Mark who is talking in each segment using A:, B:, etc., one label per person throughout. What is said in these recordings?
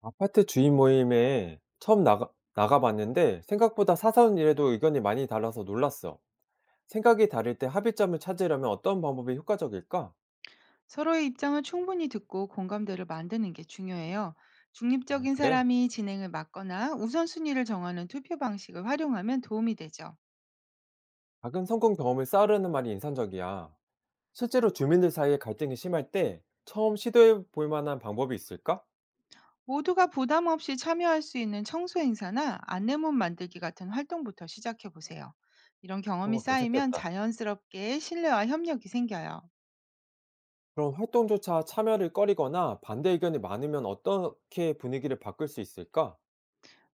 A: 아파트 주인 모임에 처음 나가봤는데 생각보다 사소한 일에도 의견이 많이 달라서 놀랐어. 생각이 다를 때 합의점을 찾으려면 어떤 방법이 효과적일까?
B: 서로의 입장을 충분히 듣고 공감대를 만드는 게 중요해요.
A: 아,
B: 중립적인
A: 그래?
B: 사람이 진행을 맡거나 우선순위를 정하는 투표 방식을 활용하면 도움이 되죠.
A: 작은 성공 경험을 쌓으려는 말이 인상적이야. 실제로 주민들 사이에 갈등이 심할 때 처음 시도해 볼 만한 방법이 있을까?
B: 모두가 부담 없이 참여할 수 있는 청소 행사나 안내문 만들기 같은 활동부터 시작해 보세요. 이런
A: 그런
B: 경험이
A: 거
B: 쌓이면
A: 괜찮겠다.
B: 자연스럽게 신뢰와 협력이 생겨요.
A: 그럼 활동조차 참여를 꺼리거나 반대 의견이 많으면 어떻게 분위기를 바꿀 수 있을까?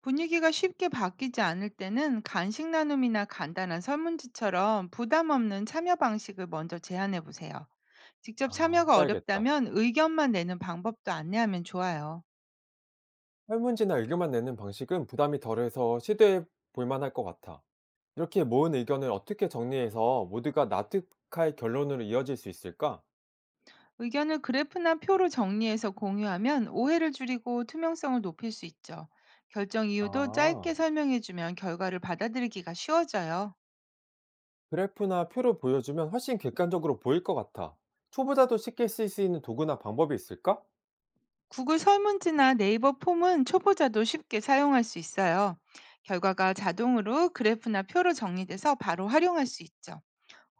B: 분위기가 쉽게 바뀌지 않을 때는 간식 나눔이나 간단한 설문지처럼 부담 없는 참여 방식을 먼저 제안해 보세요. 직접
A: 아,
B: 참여가
A: 해봐야겠다.
B: 어렵다면 의견만 내는 방법도 안내하면 좋아요.
A: 설문지나 의견만 내는 방식은 부담이 덜해서 시도해 볼 만할 것 같아. 이렇게 모은 의견을 어떻게 정리해서 모두가 납득할 결론으로 이어질 수 있을까?
B: 의견을 그래프나 표로 정리해서 공유하면 오해를 줄이고 투명성을 높일 수 있죠. 결정 이유도 짧게
A: 아,
B: 설명해주면 결과를 받아들이기가 쉬워져요.
A: 그래프나 표로 보여주면 훨씬 객관적으로 보일 것 같아. 초보자도 쉽게 쓸 수 있는 도구나 방법이 있을까?
B: 구글 설문지나 네이버 폼은 초보자도 쉽게 사용할 수 있어요. 결과가 자동으로 그래프나 표로 정리돼서 바로 활용할 수 있죠.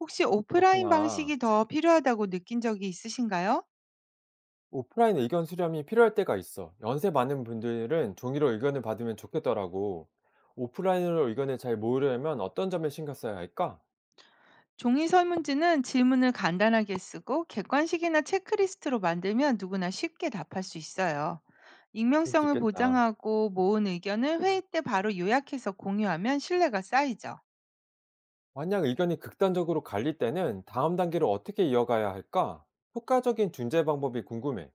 B: 혹시 오프라인
A: 그렇구나.
B: 방식이 더 필요하다고 느낀 적이 있으신가요?
A: 오프라인 의견 수렴이 필요할 때가 있어. 연세 많은 분들은 종이로 의견을 받으면 좋겠더라고. 오프라인으로 의견을 잘 모으려면 어떤 점에 신경 써야 할까?
B: 종이 설문지는 질문을 간단하게 쓰고 객관식이나 체크리스트로 만들면 누구나 쉽게 답할 수 있어요.
A: 그럴 수
B: 익명성을
A: 있겠다.
B: 보장하고 모은 의견을 회의 때 바로 요약해서 공유하면 신뢰가 쌓이죠.
A: 만약 의견이 극단적으로 갈릴 때는 다음 단계로 어떻게 이어가야 할까? 효과적인 중재 방법이 궁금해.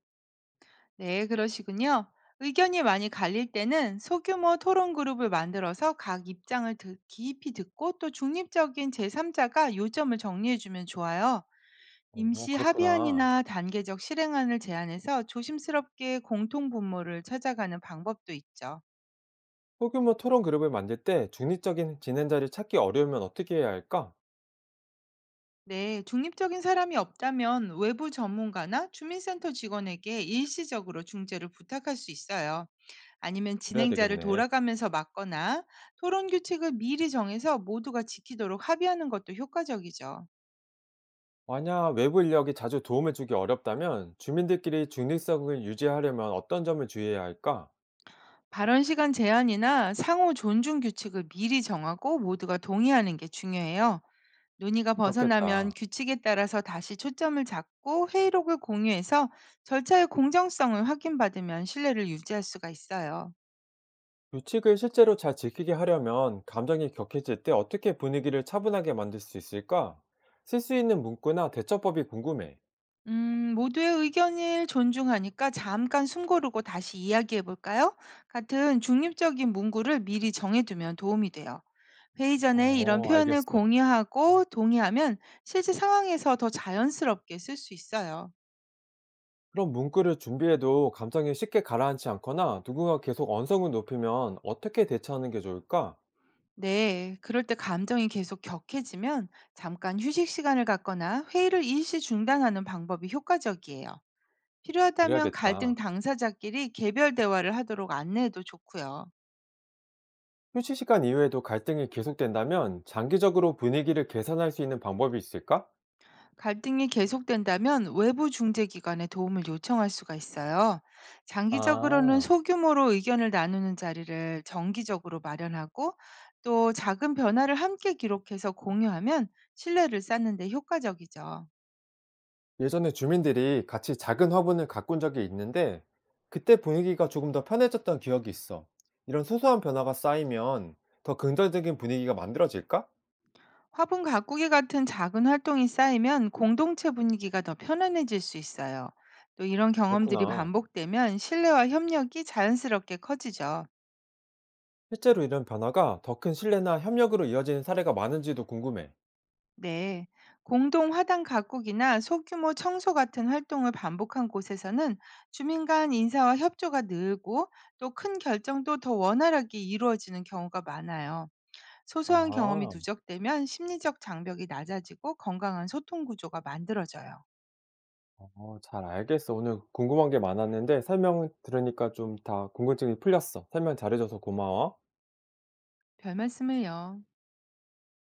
B: 네, 그러시군요. 의견이 많이 갈릴 때는 소규모 토론 그룹을 만들어서 각 입장을 깊이 듣고 또 중립적인 제3자가 요점을 정리해주면 좋아요.
A: 어,
B: 임시
A: 그렇구나.
B: 합의안이나 단계적 실행안을 제안해서 조심스럽게 공통 분모를 찾아가는 방법도 있죠.
A: 소규모 토론 그룹을 만들 때 중립적인 진행자를 찾기 어려우면 어떻게 해야 할까?
B: 네, 중립적인 사람이 없다면 외부 전문가나 주민센터 직원에게 일시적으로 중재를 부탁할 수 있어요. 아니면
A: 그래야
B: 진행자를
A: 되겠네.
B: 돌아가면서 막거나 토론 규칙을 미리 정해서 모두가 지키도록 합의하는 것도 효과적이죠.
A: 만약 외부 인력이 자주 도움을 주기 어렵다면 주민들끼리 중립성을 유지하려면 어떤 점을 주의해야 할까?
B: 발언 시간 제한이나 상호 존중 규칙을 미리 정하고 모두가 동의하는 게 중요해요. 논의가 벗어나면
A: 그렇겠다.
B: 규칙에 따라서 다시 초점을 잡고 회의록을 공유해서 절차의 공정성을 확인받으면 신뢰를 유지할 수가 있어요.
A: 규칙을 실제로 잘 지키게 하려면 감정이 격해질 때 어떻게 분위기를 차분하게 만들 수 있을까? 쓸 수 있는 문구나 대처법이 궁금해.
B: 모두의 의견을 존중하니까 잠깐 숨 고르고 다시 이야기해 볼까요? 같은 중립적인 문구를 미리 정해두면 도움이 돼요. 회의 전에 이런
A: 어
B: 표현을
A: 알겠어.
B: 공유하고 동의하면 실제 상황에서 더 자연스럽게 쓸 수 있어요.
A: 그럼 문구를 준비해도 감정이 쉽게 가라앉지 않거나 누군가 계속 언성을 높이면 어떻게 대처하는 게 좋을까?
B: 네, 그럴 때 감정이 계속 격해지면 잠깐 휴식 시간을 갖거나 회의를 일시 중단하는 방법이 효과적이에요. 필요하다면
A: 그래야겠다.
B: 갈등 당사자끼리 개별 대화를 하도록 안내해도 좋고요.
A: 휴식 시간 이후에도 갈등이 계속된다면 장기적으로 분위기를 개선할 수 있는 방법이 있을까?
B: 갈등이 계속된다면 외부 중재기관의 도움을 요청할 수가 있어요. 장기적으로는
A: 아,
B: 소규모로 의견을 나누는 자리를 정기적으로 마련하고 또 작은 변화를 함께 기록해서 공유하면 신뢰를 쌓는 데 효과적이죠.
A: 예전에 주민들이 같이 작은 화분을 가꾼 적이 있는데 그때 분위기가 조금 더 편해졌던 기억이 있어. 이런 소소한 변화가 쌓이면 더 긍정적인 분위기가 만들어질까?
B: 화분 가꾸기 같은 작은 활동이 쌓이면 공동체 분위기가 더 편안해질 수 있어요. 또 이런 경험들이
A: 그렇구나.
B: 반복되면 신뢰와 협력이 자연스럽게 커지죠.
A: 실제로 이런 변화가 더 큰 신뢰나 협력으로 이어지는 사례가 많은지도 궁금해.
B: 네, 공동 화단 가꾸기나 소규모 청소 같은 활동을 반복한 곳에서는 주민 간 인사와 협조가 늘고 또 큰 결정도 더 원활하게 이루어지는 경우가 많아요. 소소한 경험이
A: 아,
B: 누적되면 심리적 장벽이 낮아지고 건강한 소통 구조가 만들어져요.
A: 어, 잘 알겠어. 오늘 궁금한 게 많았는데 설명 들으니까 좀 다 궁금증이 풀렸어. 설명 잘해줘서 고마워.
B: 별 말씀을요.